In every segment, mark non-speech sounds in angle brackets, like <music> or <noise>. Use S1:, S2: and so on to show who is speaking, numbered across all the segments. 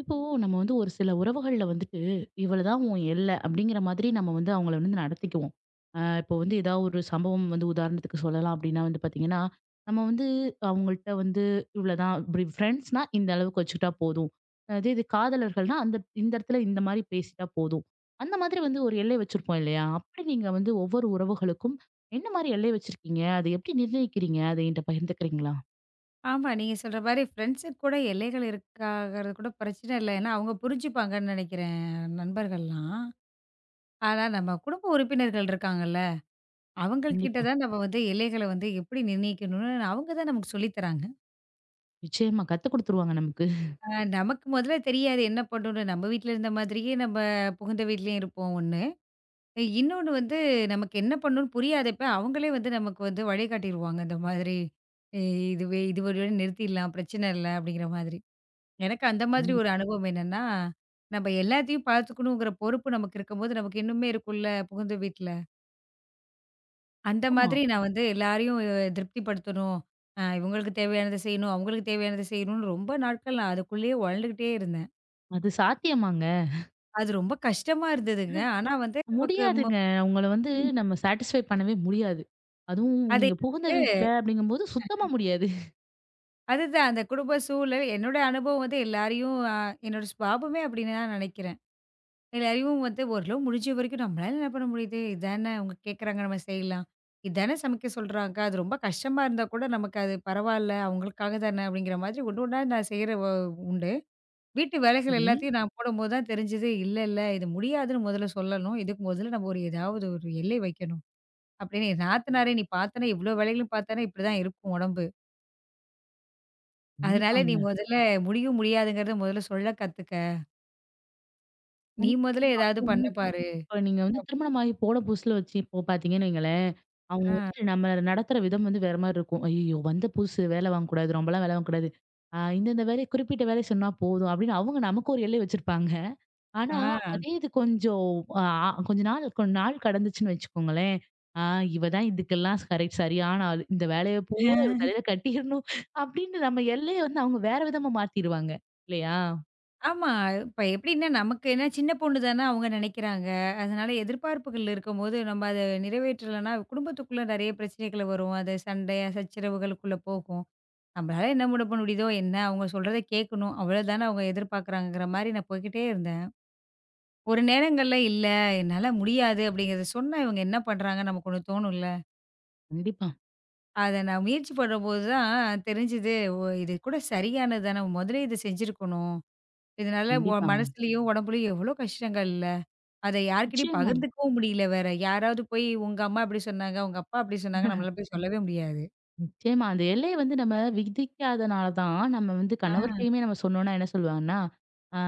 S1: இப்போ நம்ம வந்து ஒரு சில உறவுகள்ல வந்துட்டு, இவ்வளதான் உன் எல்ல அப்படிங்கிற மாதிரி நம்ம வந்து அவங்கள வந்து நடத்திக்குவோம். இப்போ வந்து ஏதாவது ஒரு சம்பவம் வந்து உதாரணத்துக்கு சொல்லலாம் அப்படின்னா வந்து பார்த்தீங்கன்னா, நம்ம வந்து அவங்கள்ட்ட வந்து இவ்வளதான் இப்படி ஃப்ரெண்ட்ஸ்னா இந்த அளவுக்கு வச்சுக்கிட்டா போதும். அதே இது காதலர்கள்னா அந்த இந்த இடத்துல இந்த மாதிரி பேசிட்டா போதும். அந்த மாதிரி வந்து ஒரு எல்லை வச்சிருப்போம் இல்லையா? அப்படி நீங்க வந்து ஒவ்வொரு உறவுகளுக்கும் என்ன மாதிரி எல்லை வச்சிருக்கீங்க? அதை எப்படி நிர்ணயிக்கிறீங்க? அதை என்கிட்ட பகிர்ந்துக்கிறீங்களா?
S2: ஆமா. நீங்க சொல்ற மாரி ஃப்ரெண்ட்ஸுக்கு கூட எல்லைகள் இருக்காங்கிறது கூட பிரச்சனை இல்ல. ஏன்னா, அவங்க புரிஞ்சுப்பாங்கன்னு நெனைக்கிறேன் நண்பர்கள்லாம். ஆனா நம்ம குடும்ப உறுப்பினர்கள் இருக்காங்கல்ல, அவங்கள்கிட்ட
S1: கண்டிப்பா.
S2: தான் நம்ம வந்து எல்லைகள வந்து எப்படி நிர்ணயிக்கணும்னு அவங்க தான் நமக்கு சொல்லி தராங்க.
S1: நிச்சயமா கத்துக் குடுத்துருவாங்க நமக்கு.
S2: அ நமக்கு முதல்ல தெரியாது என்ன பண்ணணும்னு. நம்ம வீட்ல இருந்த மாதிரியே நம்ம புகுந்த வீட்லயும் இருப்போம் ஒண்ணு. இன்னொன்னு வந்து நமக்கு என்ன பண்ணணும்னு புரியாதப்ப அவங்களே வந்து நமக்கு வந்து வழிகாட்டிருவாங்க. இந்த மாதிரி இ இதுவே இது வழியோட நிறுத்திடலாம். பிரச்சனை இல்ல அப்படிங்கிற மாதிரி. எனக்கு அந்த மாதிரி ஒரு
S1: கண்டிப்பாமா.
S2: அனுபவம் என்னன்னா, நம்ம எல்லாத்தையும் பார்த்துக்கணுங்கிற பொறுப்பு நமக்கு இருக்கும்போது, நமக்கு இன்னுமே இருக்கும்ல புகுந்த வீட்ல. அந்த மாதிரி நான் வந்து எல்லாரையும் திருப்திப்படுத்தணும். இவங்களுக்கு தேவையானத செய்யணும், அவங்களுக்கு தேவையானத செய்யணும்னு ரொம்ப நாட்கள் நான் அதுக்குள்ளேயே உழண்டுகிட்டே இருந்தேன்.
S1: அது சாத்தியமாங்க.
S2: அது ரொம்ப கஷ்டமா இருந்ததுங்க. ஆனா வந்து நமக்கு
S1: முடியாதுங்க. அவங்கள வந்து நம்ம சாட்டிஸ்ஃபை பண்ணவே முடியாது. அதுவும்
S2: அது
S1: நீங்க புகுந்த
S2: எனக்கு
S1: வீட்ல அப்படிங்கும்போது சுத்தமா முடியாது.
S2: அதுதான் அந்த குடும்ப சூழல், என்னோட அனுபவம் வந்து எல்லாரையும் என்னோட சுபாவமே அப்படின்னு தான் நினைக்கிறேன். எல்லாரையும் வந்து ஓரளவு முடிஞ்ச வரைக்கும் நம்மளால என்ன பண்ண முடியுது? இதானே அவங்க கேட்குறாங்க நம்ம செய்யலாம். இதானே சமைக்க சொல்றாங்க. அது ரொம்ப கஷ்டமா இருந்தா கூட நமக்கு அது பரவால்ல. அவங்களுக்காக தானே அப்படிங்கிற மாதிரி ஒண்ணு ஒண்ணா நான் செய்ற உண்டு. வீட்டு வேலைகள்
S1: சரி.
S2: எல்லாத்தையும் நான் போடும்போது தான் தெரிஞ்சது. இல்ல, இல்ல இது முடியாதுன்னு முதல்ல சொல்லணும். இதுக்கு முதல்ல நம்ம ஒரு ஏதாவது ஒரு எல்லை வைக்கணும். அப்படின்னு என் நாத்தனாரே நீ பார்த்தேன்னா இவ்வளோ வேலைகளும் பார்த்தேன்னா இப்படிதான் இருக்கும் உடம்பு. அதனால நீ
S1: கண்டிப்பாங்க.
S2: முதல்ல முடியும் முடியாதுங்கிறத முதல்ல சொல்ல கத்துக்க. நீ முதல்ல ஏதாவது பண்ண
S1: கண்டிப்பா.
S2: பாரு.
S1: இப்ப நீங்க வந்து திருமணமாகி போன புதுசுல வச்சு இப்போ பார்த்தீங்கன்னு வைங்களேன், அவங்க
S2: ஆ,
S1: வந்துட்டு நம்மள நடத்துற விதம் வந்து வேற மாரி இருக்கும். "ஐய்யய்யோ! வந்த புதுசு வேலை வாங்கக்கூடாது. ரொம்பலாம் வேலை வாங்கக்கூடாது. இந்தந்த வேலைய குறிப்பிட்ட வேலைய சொன்னா போதும்" அப்படின்னு அவங்க நமக்கு ஒரு எல்லை வச்சிருப்பாங்க. ஆனா, அதே இது கொஞ்சம் அ கொஞ்ச நாள் கொஞ்ச நாள் கடந்துச்சுன்னு வச்சுக்கோங்களேன். ஆ இவ தான் இதுக்கெல்லாம் கரெக்ட் சரியான ஆளு. இந்த வேலைய
S2: ஆ.
S1: பூரா இவ தலையில கட்டிறணும் அப்படின்னு நம்ம எல்லைய வந்து அவங்க வேற விதமா மாத்திருவாங்க. இல்லையா?
S2: ஆமா. இப்ப எப்படின்னா, நமக்கு ஏன்னா சின்ன பொண்ணு தானே அவங்க நினைக்கிறாங்க. அதனால எதிர்பார்ப்புகள் இருக்கும்போது, நம்ம அத நிறைவேற்றலன்னா, குடும்பத்துக்குள்ள நெறைய பிரச்சனைகள் வரும். அது சண்டை, சச்சரவுகளுக்குள்ள போகும். நம்மளால என்ன முட பண்ண முடியுதோ என்ன, அவங்க சொல்றத கேட்கணும். அவ்வளோதானே அவங்க எதிர்பார்க்குறாங்கங்கிற மாரி நான் போய்க்கிட்டே இருந்தேன். ஒரு நேரங்கள்ல "இல்ல, என்னால முடியாது" அப்படிங்கிறத சொன்னா இவங்க என்ன பண்றாங்கன்னு நமக்கு ஒண்ணு தோணும்ல.
S1: கண்டிப்பா,
S2: அத நான் முயற்சி பண்ணும்போது தான் தெரிஞ்சுது, ஓ! இது கூட சரியானது தான. முதலே இத செஞ்சிருக்கணும். இதனால
S1: கண்டிப்பாங்க.
S2: மனசுலயும், உடம்புலயும் எவ்வளோ கஷ்டங்கள்ல. அத யார்கிட்டயும்
S1: நிச்சயமா,
S2: பகிர்ந்துக்கவும் முடியல வேற. யாராவது போய் உங்க அம்மா இப்படி சொன்னாங்க, உங்க அப்பா அப்படி சொன்னாங்க நம்மளால போய் சொல்லவே முடியாது.
S1: நிச்சயமா. அந்த எல்லைய வந்து நம்ம விதிக்காதனால தான் நம்ம வந்து
S2: ஆ.
S1: கணவர்ட்டயுமே நம்ம சொன்னோம்னா என்ன சொல்லுவாங்கன்னா, ஆ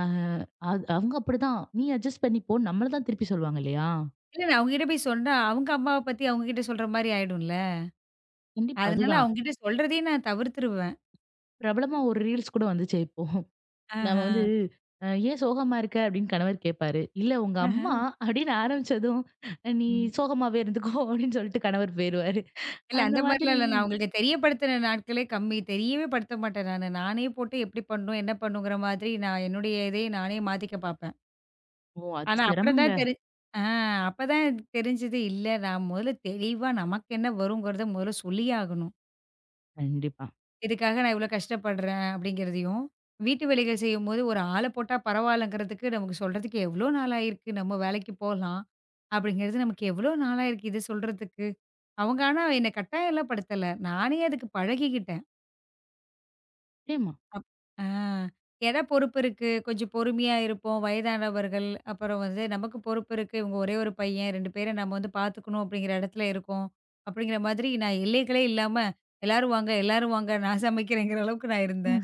S1: அது அவங்க அப்படிதான். நீ அட்ஜஸ்ட் பண்ணி போ நம்மள தான் திருப்பி சொல்லுவாங்க இல்லையா?
S2: இல்ல அவங்ககிட்ட போய் சொன்னா, அவங்க அம்மாவ பத்தி அவங்ககிட்ட சொல்ற மாரி ஆயிடும்ல.
S1: கண்டிப்பா.
S2: அதனால
S1: அதுதான்.
S2: அவங்ககிட்ட சொல்றதையே நான் தவிர்த்துருவேன்.
S1: பிரபலமா ஒரு ரீல்ஸ் கூட வந்துச்சே இப்போ. நம்ம
S2: ஆஹா.
S1: வந்து "ஏன் சோகமா இருக்க?" அப்படின்னு கணவர் கேட்பாரு. "இல்ல உங்க
S2: ஆஹா.
S1: அம்மா" அப்படின்னு ஆரம்பிச்சதும், "நீ
S2: ம்.
S1: சோகமாவே இருந்துக்கோ" <laughs> அப்படின்னு சொல்லிட்டு கணவர் போயிருவாரு.
S2: இல்ல
S1: அந்த
S2: அந்த மாரிலாம்
S1: மாதிரி
S2: இல்ல. நான் அவங்களுக்கு தெரியப்படுத்தின நாட்களே கம்மி. தெரியவே படுத்த மாட்டேன் நானு. நானே போட்டு எப்படி பண்ணணும், என்ன பண்ணணுங்கிற மாதிரி நான் என்னுடைய இதையே நானே மாத்திக்க பார்ப்பேன்.
S1: ஓ! அது
S2: ஆனா அப்புறம்
S1: சிரமங்க.
S2: தான் ஆ அப்பதான் எனக்கு தெரிஞ்சது, இல்ல நான் முதல்ல தெளிவா நமக்கு என்ன வருங்கிறத முதல்ல சொல்லியே ஆகணும்.
S1: கண்டிப்பா.
S2: இதுக்காக நான் இவ்வளோ கஷ்டப்படுறேன் அப்படிங்கிறதையும், வீட்டு வேலைகள் செய்யும்போது ஒரு ஆள போட்டா பரவாயில்லங்கிறதுக்கு நமக்கு சொல்றதுக்கு எவ்வளோ நாளாயிருக்கு, நம்ம வேலைக்கு போலாம். அப்படிங்கிறது நமக்கு எவ்வளோ நாளாயிருக்கு இத சொல்றதுக்கு. அவங்க ஆனா என்ன கட்டாயம்லாம் படுத்தல. நானே அதுக்கு பழகிக்கிட்டேன்.
S1: நிச்சயமா.
S2: ஆ ஏன்னா பொறுப்பு இருக்கு. கொஞ்சம் பொறுமையா இருப்போம். வயதானவர்கள், அப்புறம் வந்து நமக்கு பொறுப்பு இருக்கு. இவங்க ஒரே ஒரு பையன் 2 பேர நம்ம வந்து பார்த்துக்கணும் அப்படிங்கிற இடத்துல இருக்கோம். அப்படிங்கிற மாதிரி நான் எல்லைகளே இல்லாம எல்லாரும் வாங்க, எல்லாரும் வாங்க நான் சமைக்கிறேங்கிற அளவுக்கு நான் இருந்தேன்.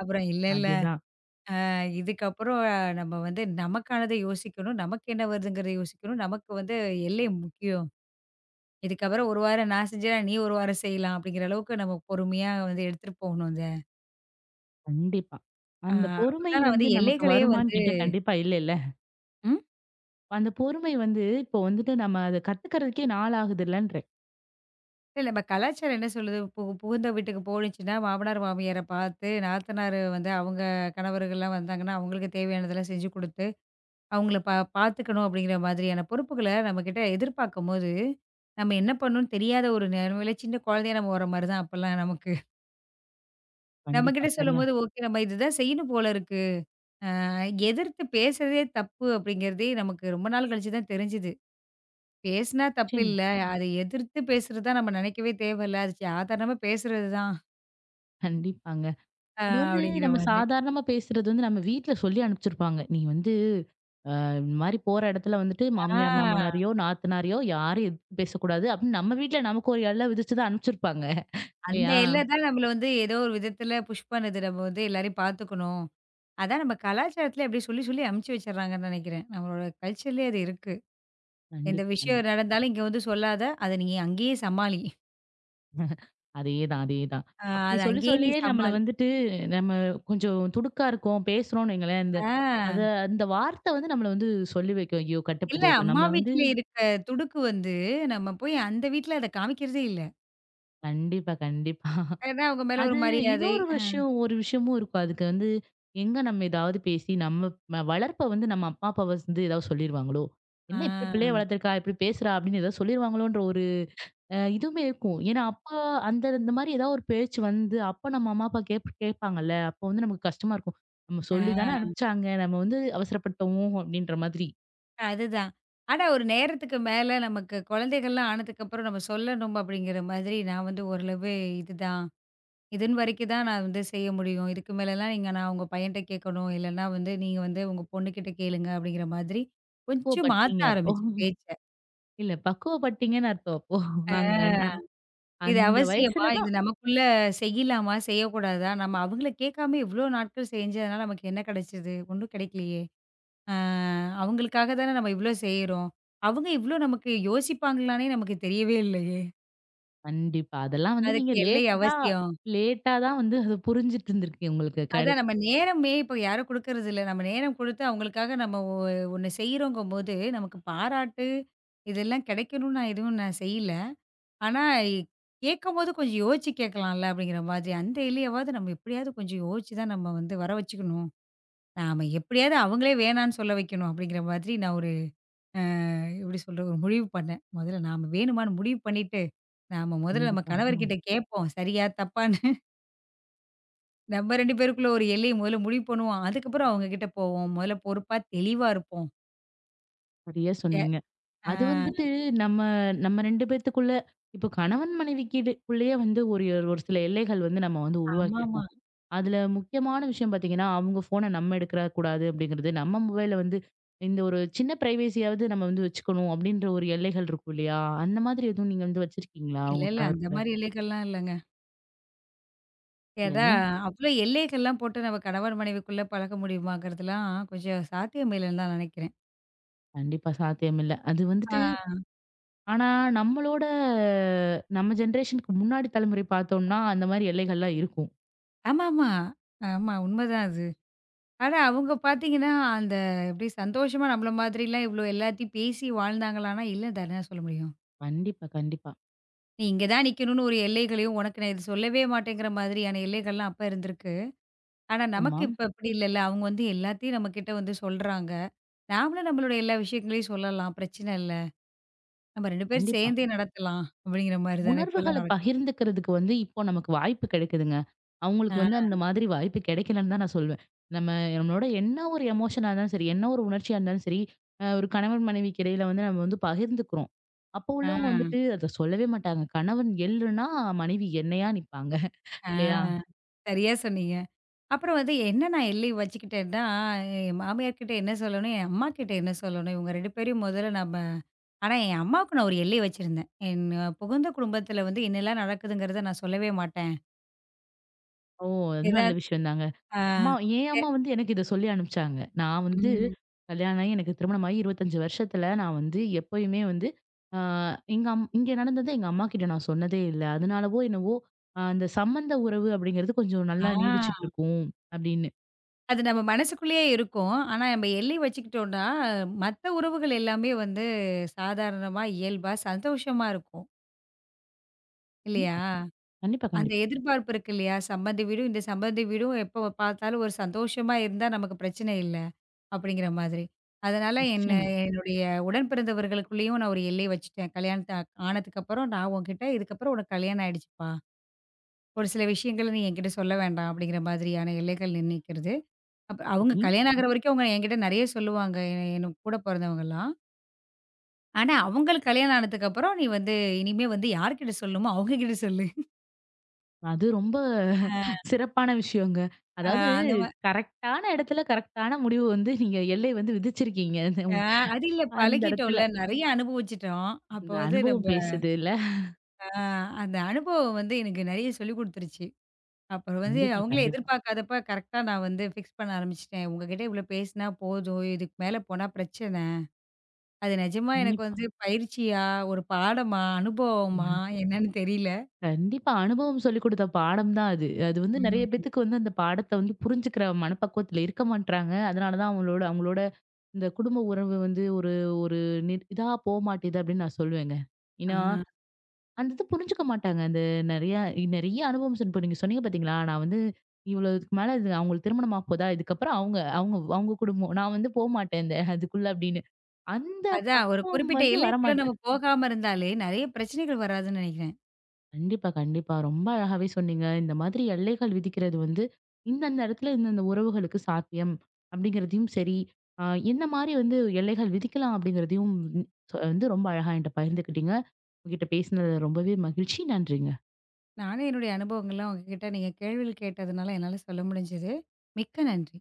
S2: அப்புறம் இல்ல இல்ல
S1: அதுதான்.
S2: இதுக்கப்புறம் நம்ம வந்து நமக்கானத யோசிக்கணும். நமக்கு என்ன வருதுங்கிறத யோசிக்கணும். நமக்கு வந்து எல்லை முக்கியம். இதுக்கப்புறம் 1 வாரம் நான் செஞ்சேன்னா, நீ 1 வாரம் செய்யலாம் அப்படிங்கிற அளவுக்கு நம்ம பொறுமையா வந்து எடுத்துட்டு போகணும் அத.
S1: கண்டிப்பா.
S2: அ
S1: அந்த பொறுமை
S2: அப்பதான் நான் வந்து
S1: வந்து நமக்கு
S2: எல்லைகளே
S1: வருமான்னு
S2: வந்து
S1: கேட்டா கண்டிப்பா இல்லல்ல.
S2: ம்.
S1: அந்த பொறுமை வந்து இப்போ வந்துட்டு நம்ம அத கத்துக்கிறதுக்கே நாள் ஆகுதுல்லன்றேன்.
S2: இல்ல நம்ம கலாச்சாரம் என்ன சொல்லுது? புகுந்த வீட்டுக்கு போணுச்சுன்னா, மாமனார், மாமியார பார்த்து, நாத்தனார் வந்து அவங்க கணவர்கள்லாம் வந்தாங்கன்னா, அவங்களுக்கு தேவையானதெல்லாம் செஞ்சு குடுத்து அவங்கள பார்த்துக்கணும் அப்படிங்கிற மாதிரியான பொறுப்புகள நம்மகிட்ட எதிர்பார்க்கும்போது, நம்ம என்ன பண்ணணும்னு தெரியாத ஒரு நிலைமையில சின்ன குழந்தையா நம்ம வர மாரி தான் அப்பலாம் நமக்கு.
S1: கண்டிப்பா.
S2: நம்மகிட்ட
S1: சரியா.
S2: சொல்லும்போது, ஓகே நம்ம இதுதான் செய்யணும் போல இருக்கு. அ எதிர்த்து பேசுறதே தப்பு அப்படிங்கிறதே நமக்கு ரொம்ப நாள் கழிச்சு தான் தெரிஞ்சுது. பேசினா தப்பு
S1: நிச்சயமா.
S2: இல்ல. அத எதிர்த்து பேசுறதா நம்ம நினைக்கவே தேவையில்ல. அது சாதாரணமா பேசுறது தான்.
S1: கண்டிப்பாங்க.
S2: அ
S1: அது வந்து
S2: அப்படிங்கிற
S1: நம்ம
S2: மாதிரி.
S1: சாதாரணமா பேசுறது வந்து நம்ம வீட்ல சொல்லி அனுப்பிச்சிருப்பாங்க. நீ வந்து அ இந்த மாரி போற இடத்துல வந்துட்டு மாமியார்,
S2: ஆ
S1: மாமனாரையோ, நாத்தனாரையோ யாரையும் எதிர்த்து பேசக்கூடாது அப்படின்னு நம்ம வீட்ல நமக்கு ஒரு எல்லை விதிச்சு தான் அனுப்பிச்சிருப்பாங்க.
S2: அந்த
S1: இல்லையா?
S2: எல்ல தான் நம்மள வந்து ஏதோ ஒரு விதத்தில புஷ் பண்ணுது. நம்ம வந்து எல்லாரையும் பார்த்துக்கணும். அதான் நம்ம கலாச்சாரத்தில அப்படி சொல்லி சொல்லி அமுச்சு வச்சுடுறாங்கன்னு நினைக்கிறேன். நம்மளோட கல்ச்சர்லயே அது இருக்கு. எந்த
S1: கண்டிப்பா,
S2: விஷயம்
S1: கண்டிப்பா.
S2: நடந்தாலும் இங்க வந்து சொல்லாத. அத நீ அங்கேயே சமாளி.
S1: அதேதான், அதேதான்.
S2: ஆ
S1: அப்படி
S2: அத
S1: சொல்லி
S2: அங்கேயே நீ
S1: சொல்லியே நம்மள
S2: சமாளி.
S1: வந்துட்டு நம்ம கொஞ்சம் துடுக்கா இருக்கோம், பேசுறோம்னு வைங்களேன். இந்த அத
S2: ஆ
S1: அந்த வார்த்தை வந்து நம்மள வந்து சொல்லி வைக்கும். ஐயோ!
S2: இல்ல
S1: கட்டுப்படுத்தி வைக்கும்.
S2: அம்மா
S1: நம்ம வந்து
S2: வீட்ல இருக்க துடுக்கு வந்து நம்ம போய் அந்த வீட்ல அத காமிக்கிறதே இல்ல.
S1: கண்டிப்பா, கண்டிப்பா.
S2: ஏன்னா அவங்க மேல ஒரு
S1: அது
S2: மரியாதை.
S1: இன்னொரு விஷயம் ஒரு விஷயமும் இருக்கும். அதுக்கு வந்து எங்க நம்ம ஏதாவது பேசி நம்ம வளர்ப்ப வந்து நம்ம அம்மா, அப்பா வந்து ஏதாவது சொல்லிருவாங்களோ?
S2: ஆ,
S1: "என்ன இப்படி பிள்ளைய வளர்த்துருக்கா? இப்படி பேசுறா?" அப்படின்னு ஏதாவது சொல்லிருவாங்களோன்ற ஒரு இதுவுமே இருக்கும். ஏன்னா, அப்ப அந்த இந்த மாரி ஏதாவது ஒரு பேச்சு வந்து அப்ப நம்ம அம்மா, அப்பா கேட்பாங்கல்ல. அப்போ வந்து நமக்கு கஷ்டமா இருக்கும். நம்ம சொல்லி தானே
S2: ஆ,
S1: அனுப்பிச்சாங்க. நம்ம வந்து அவசரப்பட்டோமோ! அப்படின்ற மாதிரி.
S2: ஆ அதுதான். ஆனா ஒரு நேரத்துக்கு மேல நமக்கு குழந்தைகள்லாம் ஆனதுக்கப்புறம் நம்ம சொல்லணும் அப்படிங்கிற மாதிரி நான் வந்து ஓரளவு இதுதான். இதுன் வரைக்கும் தான் நான் வந்து செய்ய முடியும். இதுக்கு மேலலாம் நீங்க நான் உங்க பையன்ட்ட கேட்கணும். இல்லன்னா வந்து நீங்க வந்து உங்க பொண்ணுகிட்ட கேளுங்க அப்படிங்கிற மாதிரி கொஞ்சம் மாத்த
S1: பக்குவப்பட்டீங்க அப்போ.
S2: ஆரம்பிச்சேன் பேச்ச.
S1: இல்ல பக்குவப்பட்டீங்கன்னு அர்த்தம் அப்போ.
S2: ஆ
S1: நாங்க நான்
S2: இது
S1: அந்த
S2: அவசியமா?
S1: வயசுல
S2: இது
S1: தான்
S2: நமக்குள்ள செய்யலாமா? செய்யக்கூடாதா? நம்ம அவங்கள கேட்காம இவ்ளோ நாட்கள் செஞ்சதுனால நமக்கு என்ன கிடைச்சது? ஒண்ணும் கிடைக்கலையே. ஆ அவங்களுக்காக தானே நம்ம இவ்ளோ செய்றோம். அவங்க இவ்ளோ நமக்கு யோசிப்பாங்களான்னே நமக்கு தெரியவே இல்லையே.
S1: கண்டிப்பா. அதெல்லாம் வந்து
S2: அதுக்கு
S1: நீங்க
S2: எல்லை
S1: லேட்டா
S2: அவசியம்.
S1: லேட்டா தான் வந்து அது புரிஞ்சுட்டு இருந்திருக்கு உங்களுக்கு.
S2: அதான் நம்ம நேரமே இப்ப யாரும் குடுக்கறது இல்ல. நம்ம நேரம் குடுத்து அவங்களுக்காக நம்ம ஒண்ணு செய்றோங்கும்போது, நமக்கு பாராட்டு இதெல்லாம் கிடைக்கணும்னு எதுவும் நான் செய்யல. ஆனா கேட்கும்போது கொஞ்சம் யோசிச்சு கேட்கலாம்ல அப்படிங்கிற மாதிரி. அந்த எல்லையவாவது நம்ம எப்படியாவது கொஞ்சம் யோசிச்சு தான் நம்ம வந்து வர வச்சுக்கணும். நாம எப்படியாவது அவங்களே வேணான்னு சொல்ல வைக்கணும் அப்படிங்கிற மாதிரி நான் ஒரு அ எப்படி சொல்றது? ஒரு முடிவு பண்ணேன். முதல்ல நாம வேணுமான்னு முடிவு பண்ணிட்டு, நாம முதல்ல நம்ம
S1: கண்டிப்பா.
S2: கணவர்கிட்ட கேட்போம். சரியா? தப்பான்னு. நம்ம 2 பேருக்குள்ள ஒரு எல்லைய முதல்ல முடிவு பண்ணுவோம். அதுக்கப்புறம் அவங்க கிட்ட போவோம். முதல்ல பொறுப்பா தெளிவா இருப்போம்.
S1: சரியா
S2: எ
S1: சொன்னீங்க.
S2: ஆ
S1: அது வந்துட்டு நம்ம நம்ம 2 பேத்துக்குள்ள இப்போ கணவன் மனைவிக்கிடக்குள்ளேயே வந்து ஒரு ஒரு சில எல்லைகள் வந்து நம்ம வந்து
S2: ஆமாமா.
S1: உருவாக்கியிருப்போம். அதுல முக்கியமான விஷயம் பார்த்தீங்கன்னா, அவங்க ஃபோன நம்ம எடுக்கற கூடாது அப்படிங்கிறது, நம்ம மொபைல வந்து இந்த ஒரு சின்ன பிரைவசியாவது நம்ம வந்து வச்சுக்கணும் அப்படின்ற ஒரு எல்லைகள் இருக்கும் இல்லையா? அந்த மாதிரி எதுவும் நீங்க வந்து வச்சிருக்கீங்களா?
S2: இல்ல,
S1: உங்க
S2: இல்ல.
S1: கணவர்
S2: அந்த
S1: கூட?
S2: மாரி எல்லைகள்லாம் இல்லங்க. ஏதா
S1: இல்லன்னா
S2: அவ்ளோ எல்லைகள்லாம் போட்டு நம்ம கணவன் மனைவிக்குள்ள பழக்க முடியுமாங்கிறதுலாம் கொஞ்சம் சாத்தியம் இல்லன்னு தான் நினைக்கிறேன்.
S1: கண்டிப்பா சாத்தியம் இல்ல. அது
S2: ஆ
S1: வந்து ஆனா, நம்மளோட நம்ம ஜெனரேஷனுக்கு முன்னாடி தலைமுறை பார்த்தோம்னா, அந்த மாரி எல்லைகள்லாம் இருக்கும்.
S2: ஆமாமா. ஆமா உண்மதான் அது. ஆனா அவங்க பார்த்தீங்கன்னா, அந்த எப்படி சந்தோஷமா நம்மள மாதிரிலாம் இவ்ளோ எல்லாத்தையும் பேசி வாழ்ந்தாங்களான்னா, இல்ல தானே சொல்ல முடியும்.
S1: கண்டிப்பா, கண்டிப்பா.
S2: நீ இங்க தான் நிக்கணும்னு ஒரு எல்லைகளையும், உனக்கு நான் இது சொல்லவே மாட்டேங்கிற மாதிரியான எல்லைகள்லாம் அப்ப இருந்திருக்கு. ஆனா,
S1: ஆமா.
S2: நமக்கு இப்ப அப்படி இல்லல்ல. அவங்க வந்து எல்லாத்தையும் நம்மகிட்ட வந்து சொல்றாங்க. நாமளும் நம்மளுடைய எல்லா விஷயங்களையும் சொல்லலாம். பிரச்சனை இல்ல. நம்ம 2 பேரும்
S1: கண்டிப்பா.
S2: சேர்ந்தே நடத்தலாம். அப்படிங்கிற மாரி தானே இப்பலாம்
S1: உணர்வுகள
S2: நடக்குது.
S1: பகிர்ந்துக்கிறதுக்கு வந்து இப்போ நமக்கு வாய்ப்பு கிடைக்குதுங்க. அவங்களுக்கு வந்து
S2: ஆ,
S1: அந்த மாதிரி வாய்ப்பு கிடைக்கலன்னு தான் நான் சொல்வேன். நம்ம நம்மளோட என்ன ஒரு எமோஷனா இருந்தாலும் சரி, என்ன ஒரு உணர்ச்சியா இருந்தாலும் சரி, ஒரு கணவன் மனைவிக்கு இடையில வந்து நம்ம வந்து பகிர்ந்துக்கிறோம். அப்போ
S2: ஆ,
S1: உள்ளவங்க வந்துட்டு அத சொல்லவே மாட்டாங்க. கணவன் எள்ளுன்னா மனைவி எண்ணெயா நிப்பாங்க.
S2: ஆ.
S1: இல்லையா?
S2: சரியா சொன்னீங்க. அப்புறம் வந்து என்ன நான் எல்லை வச்சுக்கிட்டேன்னா, என் மாமியார் கிட்ட என்ன சொல்லணும், என் அம்மா கிட்ட என்ன சொல்லணும், இவங்க 2 பேரையும் முதல்ல நம்ம ஆனா என் அம்மாவுக்கு நான் ஒரு எல்லை வச்சிருந்தேன். என் புகுந்த குடும்பத்தில வந்து என்னலாம் நடக்குதுங்கிறத நான் சொல்லவே மாட்டேன்.
S1: ஓ! அது நல்ல
S2: ஏதாவது
S1: விஷயம் தாங்க.
S2: ஆ
S1: அம்மா என்
S2: எ
S1: அம்மா வந்து எனக்கு இத சொல்லி அனுப்பிச்சாங்க. நான் வந்து
S2: ம்.
S1: கல்யாணம் ஆகி எனக்கு திருமணமாகி 25 வருஷத்துல நான் வந்து எப்பயுமே வந்து ஆ எங்க இங்க நடந்தத எங்க அம்மாகிட்ட நான் சொன்னதே இல்ல. அதனாலவோ என்னவோ அந்த சம்மந்த உறவு அப்படிங்கிறது கொஞ்சம் நல்லா நீடிச்சுட்டு
S2: ஆ.
S1: இருக்கும் அப்படின்னு.
S2: அது நம்ம மனசுக்குள்ளேயே இருக்கும். ஆனா, நம்ம எல்லை வச்சுக்கிட்டோம்னா, மத்த உறவுகள் எல்லாமே வந்து சாதாரணமா, இயல்பா, சந்தோஷமா இருக்கும். இல்லையா?
S1: கண்டிப்பா, கண்டிப்பா,
S2: அந்த
S1: கண்டிப்பா.
S2: எதிர்பார்ப்பு இருக்கு இல்லையா? சம்பந்தி வீடும், இந்த சம்பந்தி வீடும் எப்போ பார்த்தாலும் ஒரு சந்தோஷமா இருந்தா நமக்கு பிரச்சனை இல்ல, அப்படிங்கிற மாதிரி. அதனால என்ன
S1: நிச்சயமா.
S2: என்னுடைய உடன் பிறந்தவர்களுக்குள்ளேயும் நான் ஒரு எல்லை வச்சுட்டேன். கல்யாணத்த ஆனதுக்கப்புறம் நான் உன்கிட்ட இதுக்கப்புறம் உனக்கு கல்யாணம் ஆயிடுச்சுப்பா. ஒரு சில விஷயங்கள நீ என்கிட்ட சொல்ல வேண்டாம் அப்படிங்கிற மாதிரியான எல்லைகள் நிர்ணயிக்கிறது. அப்ப அவங்க
S1: சரி.
S2: கல்யாணம் ஆகுற வரைக்கும் அவங்க என்கிட்ட நெறைய சொல்லுவாங்க. எ எனக்கு கூட பொறந்தவங்கலாம். ஆனா, அவங்களுக்கு கல்யாணம் ஆனதுக்கு அப்புறம், "நீ வந்து இனிமே வந்து யார்கிட்ட சொல்லணுமோ அவங்க கிட்ட சொல்லு."
S1: அது ரொம்ப சிறப்பான விஷயங்க.
S2: அ
S1: அதாவது
S2: அந்த மா
S1: கரெக்ட்டான இடத்துல கரெக்ட்டான முடிவு வந்து நீங்க எல்லை வந்து விதிச்சிருக்கீங்க.
S2: அ அது இல்ல
S1: அந்த இடத்துல.
S2: பழகிட்டோம்ல. நெறைய அனுபவிச்சுட்டோம். அப்போ
S1: இந்த
S2: வந்து நம்ப
S1: அனுபவம் பேசுதுல்ல.
S2: அ அந்த அனுபவம் வந்து எனக்கு நெறைய சொல்லிக் குடுத்துருச்சு. அப்புறம் வந்து
S1: கண்டிப்பா,
S2: அவங்களே
S1: கண்டிப்பா,
S2: எதிர்பார்க்காதப்ப கரெக்ட்டா நான் வந்து ஃபிக்ஸ் பண்ண ஆரம்பிச்சுட்டேன். உங்ககிட்ட இவ்ளோ பேசினா போதும். இதுக்கு மேல போனா பிரச்சனை. அது நிஜமா எனக்கு
S1: கண்டிப்பா.
S2: வந்து பயிற்சியா, ஒரு பாடமா, அனுபவமா
S1: ம்.
S2: என்னன்னு தெரியல.
S1: கண்டிப்பா. அனுபவம் சொல்லிக் குடுத்த பாடம் தான் அது. அது வந்து நெறைய
S2: ம்.
S1: பேத்துக்கு வந்து அந்த பாடத்த வந்து புரிஞ்சுக்கிற மனப்பக்குவத்துல இருக்க மாட்றாங்க. அதனால தான் அவங்களோட அவங்களோட இந்த குடும்ப உறவு வந்து ஒரு ஒரு இதா போமாட்டேது அப்படின்னு நான் சொல்லுவேங்க.
S2: ஆ.
S1: ஏன்னா, அந்த இது புரிஞ்சுக்க மாட்டாங்க. அந்த நெறைய நெறைய அனுபவம் இப்ப நீங்க சொன்னீங்க பார்த்தீங்களா? நான் வந்து இவ்வளவுக்கு மேல இது அவங்களுக்கு திருமணம் ஆகப்போதா, இதுக்கப்புறம் அவங்க அவங்க அவங்க குடும்பம். நான் வந்து போமாட்டேன் இந்த அதுக்குள்ள அப்படின்னு. அந்த
S2: அதான் ஒரு
S1: பக்குவம்
S2: குறிப்பிட்ட
S1: வந்து
S2: எல்லைக்குள்ள நம்ம
S1: வரமாட்டேங்குது.
S2: போகாம இருந்தாலே, நெறைய பிரச்சனைகள் வராதுன்னு நெனைக்கிறேன்.
S1: கண்டிப்பா, கண்டிப்பா. ரொம்ப அழகாவே சொன்னீங்க. இந்த மாதிரி எல்லைகள் விதிக்கிறது வந்து, இந்தந்த இடத்துல இந்தந்த உறவுகளுக்கு சாத்தியம் அப்படிங்கிறதையும் சரி, அ எந்த மாரி வந்து எல்லைகள் விதிக்கலாம் அப்படிங்கிறதையும் வந்து ரொம்ப அழகா என்ட்ட பகிர்ந்துக்கிட்டீங்க. உங்ககிட்ட பேசினது ரொம்பவே மகிழ்ச்சி. நன்றிங்க.
S2: நானும் என்னுடைய அனுபவங்கள்லாம் உங்ககிட்ட நீங்க கேள்விகள் கேட்டதுனால என்னால சொல்ல முடிஞ்சது. மிக்க நன்றி.